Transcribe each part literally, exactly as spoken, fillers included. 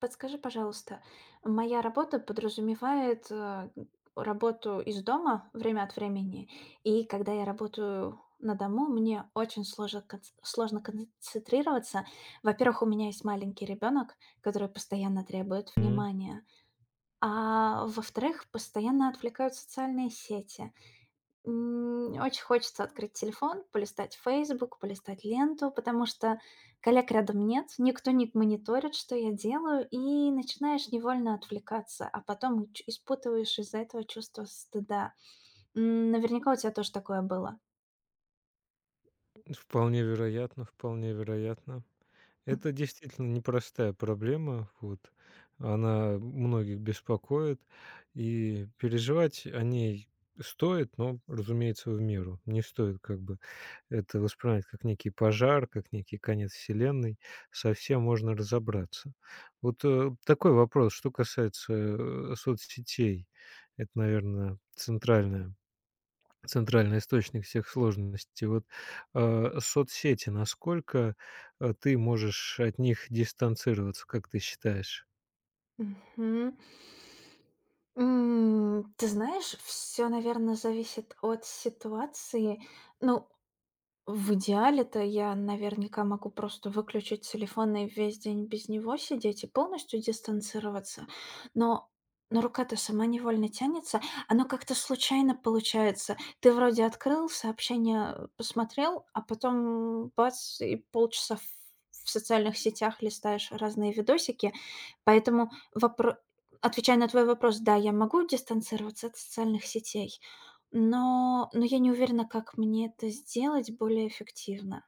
Подскажи, пожалуйста, моя работа подразумевает, э, работу из дома время от времени, и когда я работаю на дому, мне очень сложно конц сложно концентрироваться. Во-первых, у меня есть маленький ребенок, который постоянно требует М, внимания, а во-вторых, постоянно отвлекают социальные сети. М, очень хочется открыть телефон, полистать Facebook, полистать ленту, потому что коллег рядом нет, никто не мониторит, что я делаю, и начинаешь невольно отвлекаться, а потом и ч испытываешь из-за этого чувство стыда. М, наверняка у тебя тоже такое было. Вполне вероятно, вполне вероятно. Это действительно непростая проблема, вот. Она многих беспокоит, и переживать о ней стоит, но, разумеется, в меру. Не стоит как бы это воспринимать как некий пожар, как некий конец вселенной. Совсем можно разобраться. Вот, э, такой вопрос, что касается, э, соцсетей. Это, наверное, центральная центральный источник всех сложностей. Вот, э, соцсети, насколько, э, ты можешь от них дистанцироваться, как ты считаешь? М, мгм. М, ты знаешь, все, наверное, зависит от ситуации. Ну, в идеале-то я наверняка могу просто выключить телефон и весь день без него сидеть и полностью дистанцироваться. Но но рука-то сама невольно тянется. Оно как-то случайно получается. Ты вроде открыл сообщение, э, посмотрел, а потом бац, и полчаса в в социальных сетях листаешь разные видосики. Поэтому вопро отвечая на твой вопрос, да, я могу дистанцироваться от социальных сетей. Но но я не уверена, как мне это сделать более эффективно.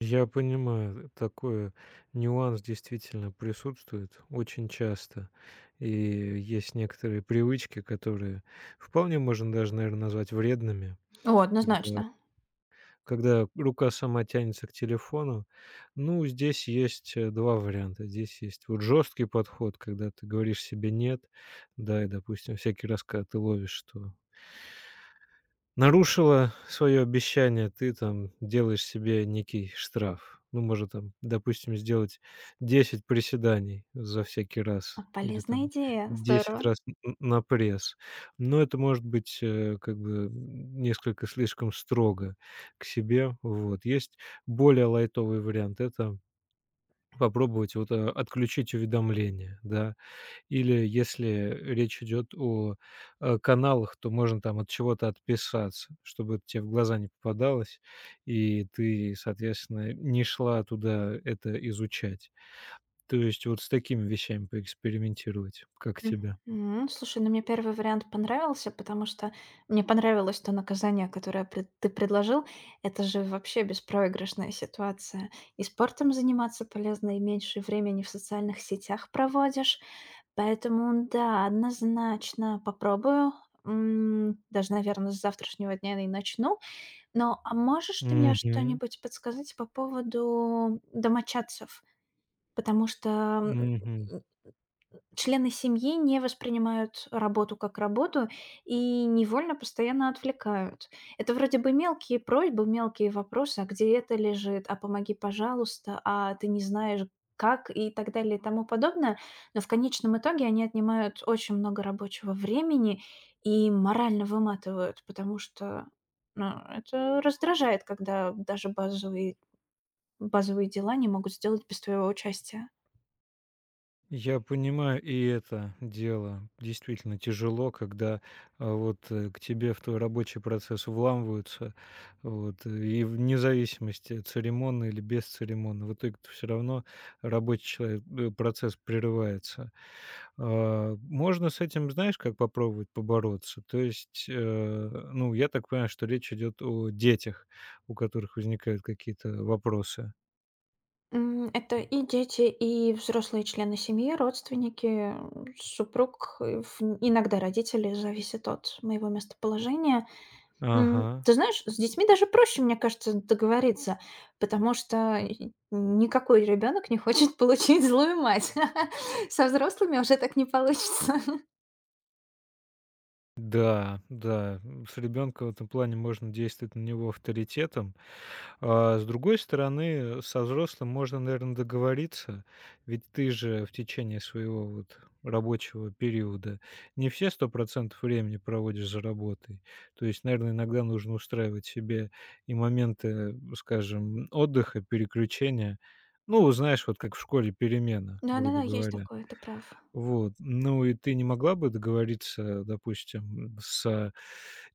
Я понимаю, такой нюанс действительно присутствует очень часто. И есть некоторые привычки, которые вполне можно даже, наверное, назвать вредными, О, когда однозначно. когда рука сама тянется к телефону. Ну, здесь есть, э, два варианта. Здесь есть вот жесткий подход, когда ты говоришь себе "нет", да, и, допустим, всякий раз, когда ты ловишь, что нарушила свое обещание, ты там делаешь себе некий штраф. Ну, может, там, допустим, сделать десять приседаний за всякий А, раз или полезная там идея, десять здорово. раз н н на пресс. Но это может быть, э, как бы, м, несколько слишком строго к себе. Вот. Есть более лайтовый вариант — это попробовать вот, э, отключить уведомления, да. Или если речь идет о, э, каналах, то можно там от чего-то отписаться, чтобы это те в глаза не попадалось, и ты, соответственно, не шла туда это изучать. То есть вот с такими вещами поэкспериментировать. Как тебе? Мгм. Слушай, ну мне первый вариант понравился, потому что мне понравилось то наказание, которое пред ты предложил. Это же вообще беспроигрышная ситуация. И спортом заниматься полезно, и меньше времени в социальных сетях проводишь. Поэтому да, однозначно попробую. М, даже, наверно, с завтрашнего дня и начну. Ну, а можешь ты мне Мгм. что-нибудь подсказать по поводу домочадцев? Потому что, Мгм. м, члены семьи не воспринимают работу как работу и невольно постоянно отвлекают. Это вроде бы мелкие просьбы, мелкие вопросы, а где это лежит, а помоги, пожалуйста, а ты не знаешь как и так далее и тому подобное. Но в конечном итоге они отнимают очень много рабочего времени и морально выматывают, потому что ну, это раздражает, когда даже базовые, базовые дела не могут сделать без твоего участия. Я понимаю и это дело. Действительно тяжело, когда а, вот э, к тебе в твой рабочий процесс вламываются, вот, э, и вне зависимости, церемонно или без церемонно, в итоге все равно рабочий человек, э, процесс прерывается. А, Можно с этим, знаешь, как попробовать побороться? То есть, э, ну, я так понимаю, что речь идет о детях, у которых возникают какие-то вопросы. М, это и дети, и взрослые члены семьи, родственники, м, супруг, э, ф иногда родители, зависит от моего местоположения. Ага. М, ты знаешь, с детьми даже проще, мне кажется, договориться, потому что и никакой ребенок не хочет получить злую мать. Со взрослыми уже так не получится. Да, да, м, с ребенка в этом плане можно действовать на него авторитетом. А, с другой стороны, э, со взрослым можно, наверное, договориться, ведь ты же в течение своего вот рабочего периода не все сто процентов времени проводишь за работой. То есть, наверное, иногда нужно устраивать себе и моменты, э, скажем, отдыха, переключения. Ну, знаешь, вот как в школе перемена, грубо Да-да-да, есть говоря. такое, ты прав. Вот. Ну и ты не могла бы договориться, допустим, с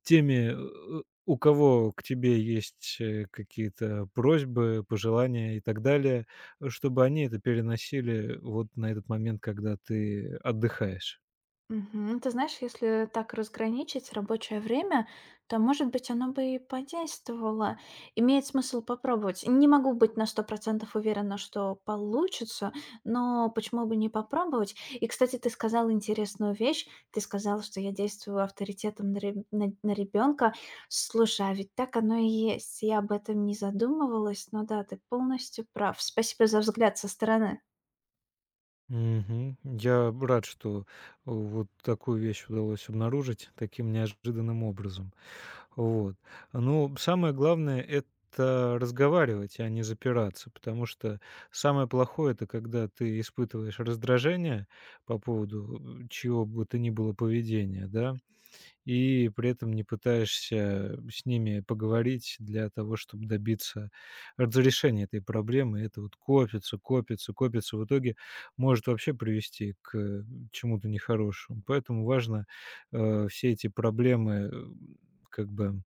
теми, э, у кого к тебе есть, э, какие-то просьбы, пожелания и так далее, э, чтобы они это переносили вот на этот момент, когда ты отдыхаешь? Мгм. Ну, ты знаешь, если так разграничить рабочее время, то, может быть, оно бы и подействовало. Имеет смысл попробовать. Не могу быть на сто процентов уверена, что получится, но почему бы не попробовать? И, кстати, ты сказала интересную вещь. Ты сказала, что я действую авторитетом на, реб- на- на ребенка. Слушай, а ведь так оно и есть. Я об этом не задумывалась, но да, ты полностью прав. Спасибо за взгляд со стороны. Мгм. Я рад, что э, вот такую вещь удалось обнаружить таким неожиданным образом. Вот. Но самое главное — это разговаривать, а не запираться, потому что самое плохое — это когда ты испытываешь раздражение по поводу, э, чьего бы то ни было поведения, да, и при этом не пытаешься с ними поговорить для того, чтобы добиться разрешения этой проблемы. И это вот копится, копится, копится, в итоге может вообще привести к, э, чему-то нехорошему. Поэтому важно, э, все эти проблемы, э, как бы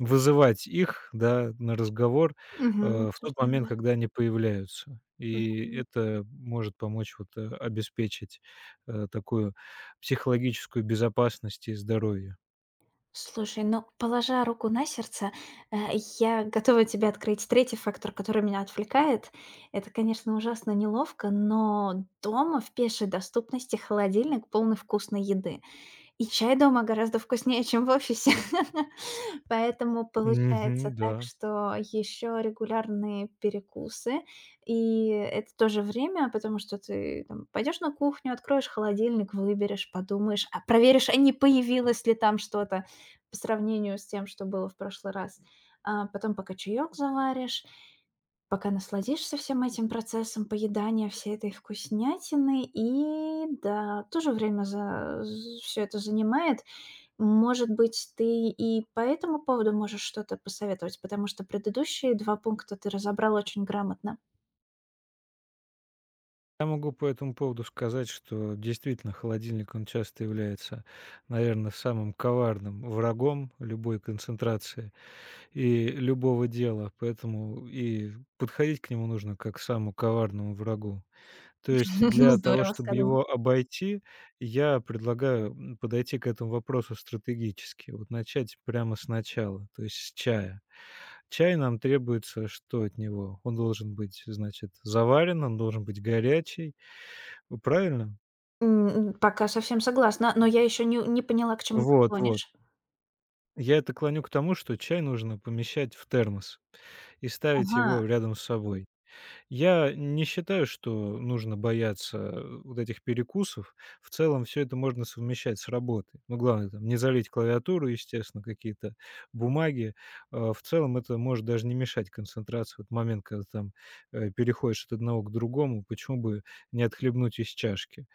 вызывать их, да, на разговор, Мгм. э, в тот Обсуждать, момент, да. когда они появляются. И Мгм. это может помочь вот, э, обеспечить, э, такую психологическую безопасность и здоровье. Слушай, ну, положа руку на сердце, э, я готова тебе открыть третий фактор, который меня отвлекает. Это, конечно, ужасно неловко, но дома в пешей доступности холодильник полный вкусной еды. И чай дома гораздо вкуснее, чем в офисе. Поэтому получается Мгм, так, да. что еще регулярные перекусы, и это тоже время, потому что ты там пойдешь на кухню, откроешь холодильник, выберешь, подумаешь, а проверишь, а не появилось ли там что-то по сравнению с тем, что было в прошлый раз. А потом пока чаек заваришь, пока насладишься всем этим процессом поедания всей этой вкуснятины. И да, тоже время за все это занимает. Может быть, ты и по этому поводу можешь что-то посоветовать, потому что предыдущие два пункта ты разобрал очень грамотно. Я могу по этому поводу сказать, что действительно холодильник, он часто является, наверное, самым коварным врагом любой концентрации и любого дела, поэтому и подходить к нему нужно как к самому коварному врагу. То есть для того, Здорово чтобы сказано. его обойти, я предлагаю, м, подойти к этому вопросу стратегически. Вот начать прямо сначала, то есть с чая. Чай нам требуется что от него? Он должен быть, значит, заварен, он должен быть горячий, э, правильно? М, пока совсем согласна, но я еще не не поняла, к чему ты Вот вот. клонишь. Я это клоню к тому, что чай нужно помещать в термос и ставить Ага. его рядом с собой. Я не считаю, что нужно бояться, э, вот этих перекусов. В целом все это можно совмещать с работой. Ну, главное там не залить клавиатуру, естественно, какие-то бумаги. Э, в целом это может даже не мешать концентрации. Вот момент, когда там, э, переходишь от одного к другому, почему бы не отхлебнуть из чашки?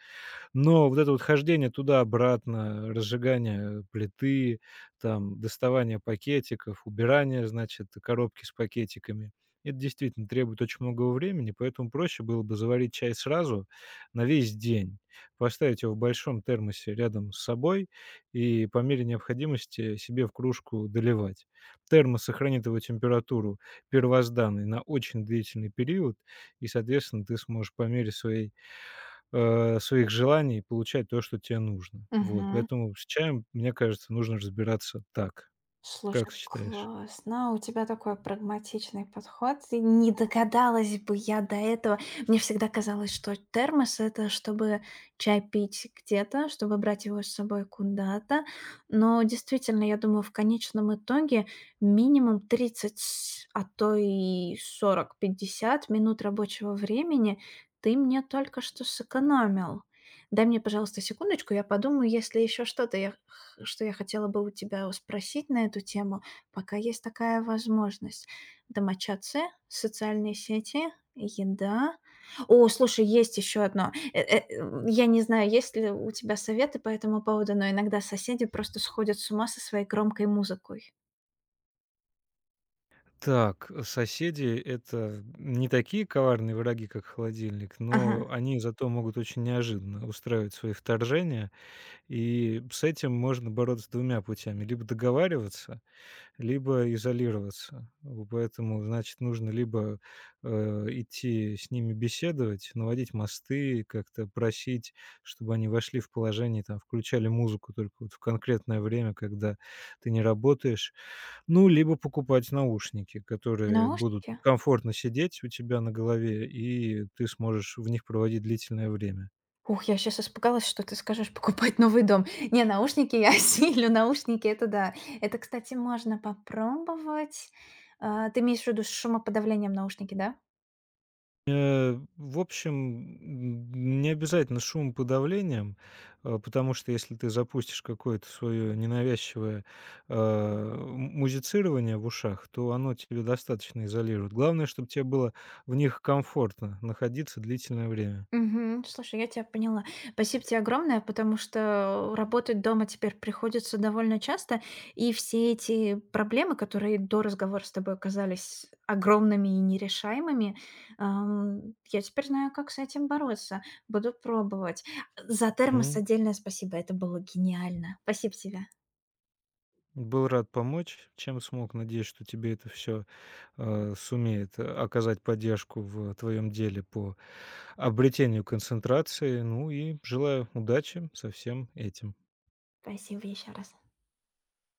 Но вот это вот хождение туда-обратно, разжигание плиты, там, доставание пакетиков, убирание, значит, коробки с пакетиками — это действительно требует очень многого времени, поэтому проще было бы заварить чай сразу на весь день, поставить его в большом термосе рядом с собой и по мере необходимости себе в кружку доливать. Термос сохранит его температуру первозданной на очень длительный период, и, соответственно, ты сможешь по мере своей э, своих желаний и получать то, что тебе нужно. Вот, Мгм. поэтому с чаем, мне кажется, нужно разбираться так. Слушай, Как считаешь? классно. У тебя такой прагматичный подход. И не догадалась бы я до этого. Мне всегда казалось, что термос это чтобы чай пить где-то, чтобы брать его с собой куда-то. Но действительно, я думаю, в конечном итоге минимум тридцать, с- а то и сорок, пятьдесят минут рабочего времени ты мне только что сэкономил. Дай мне, пожалуйста, секундочку, я подумаю, если еще что-то, я х что я хотела бы у тебя спросить на эту тему, пока есть такая возможность. Домочадцы, социальные сети, еда. О, слушай, есть еще одно. Э э, м, я не знаю, есть ли у тебя советы по этому поводу, но иногда соседи просто сходят с ума со своей громкой музыкой. Так, э, соседи — это не такие коварные враги, как холодильник, но Ага. они зато могут очень неожиданно устраивать свои вторжения, и с этим можно бороться двумя путями: либо договариваться, либо изолироваться. В Поэтому, значит, нужно либо, э, идти с ними беседовать, наводить мосты, как-то просить, чтобы они вошли в положение, там, включали музыку только вот в конкретное время, когда ты не работаешь. Ну, либо покупать наушники, которые будут Наушники? комфортно сидеть у тебя на голове, и ты сможешь в них проводить длительное время. Ух, я сейчас испугалась, что ты скажешь покупать новый дом. Не, наушники я осилю, наушники- это да. Это, кстати, можно попробовать. А, ты имеешь в виду с шумоподавлением наушники, да? Э, в общем, м, не обязательно шумоподавлением, э, потому что если ты запустишь какое-то свое ненавязчивое, э, м музицирование в ушах, то оно тебе достаточно изолирует. Главное, чтобы тебе было в них комфортно находиться длительное время. Мгм. Слушай, я тебя поняла. Спасибо тебе огромное, потому что работать дома теперь приходится довольно часто, и все эти проблемы, которые до разговора с тобой оказались огромными и нерешаемыми, ам, я теперь знаю, как с этим бороться. Буду пробовать. Э, За термос М. отдельное спасибо, это было гениально. Спасибо тебе. Был рад помочь, чем смог. Надеюсь, что тебе это всё, э, сумеет э, оказать поддержку в твоем деле по обретению концентрации. Ну и желаю удачи со всем этим. Спасибо еще раз.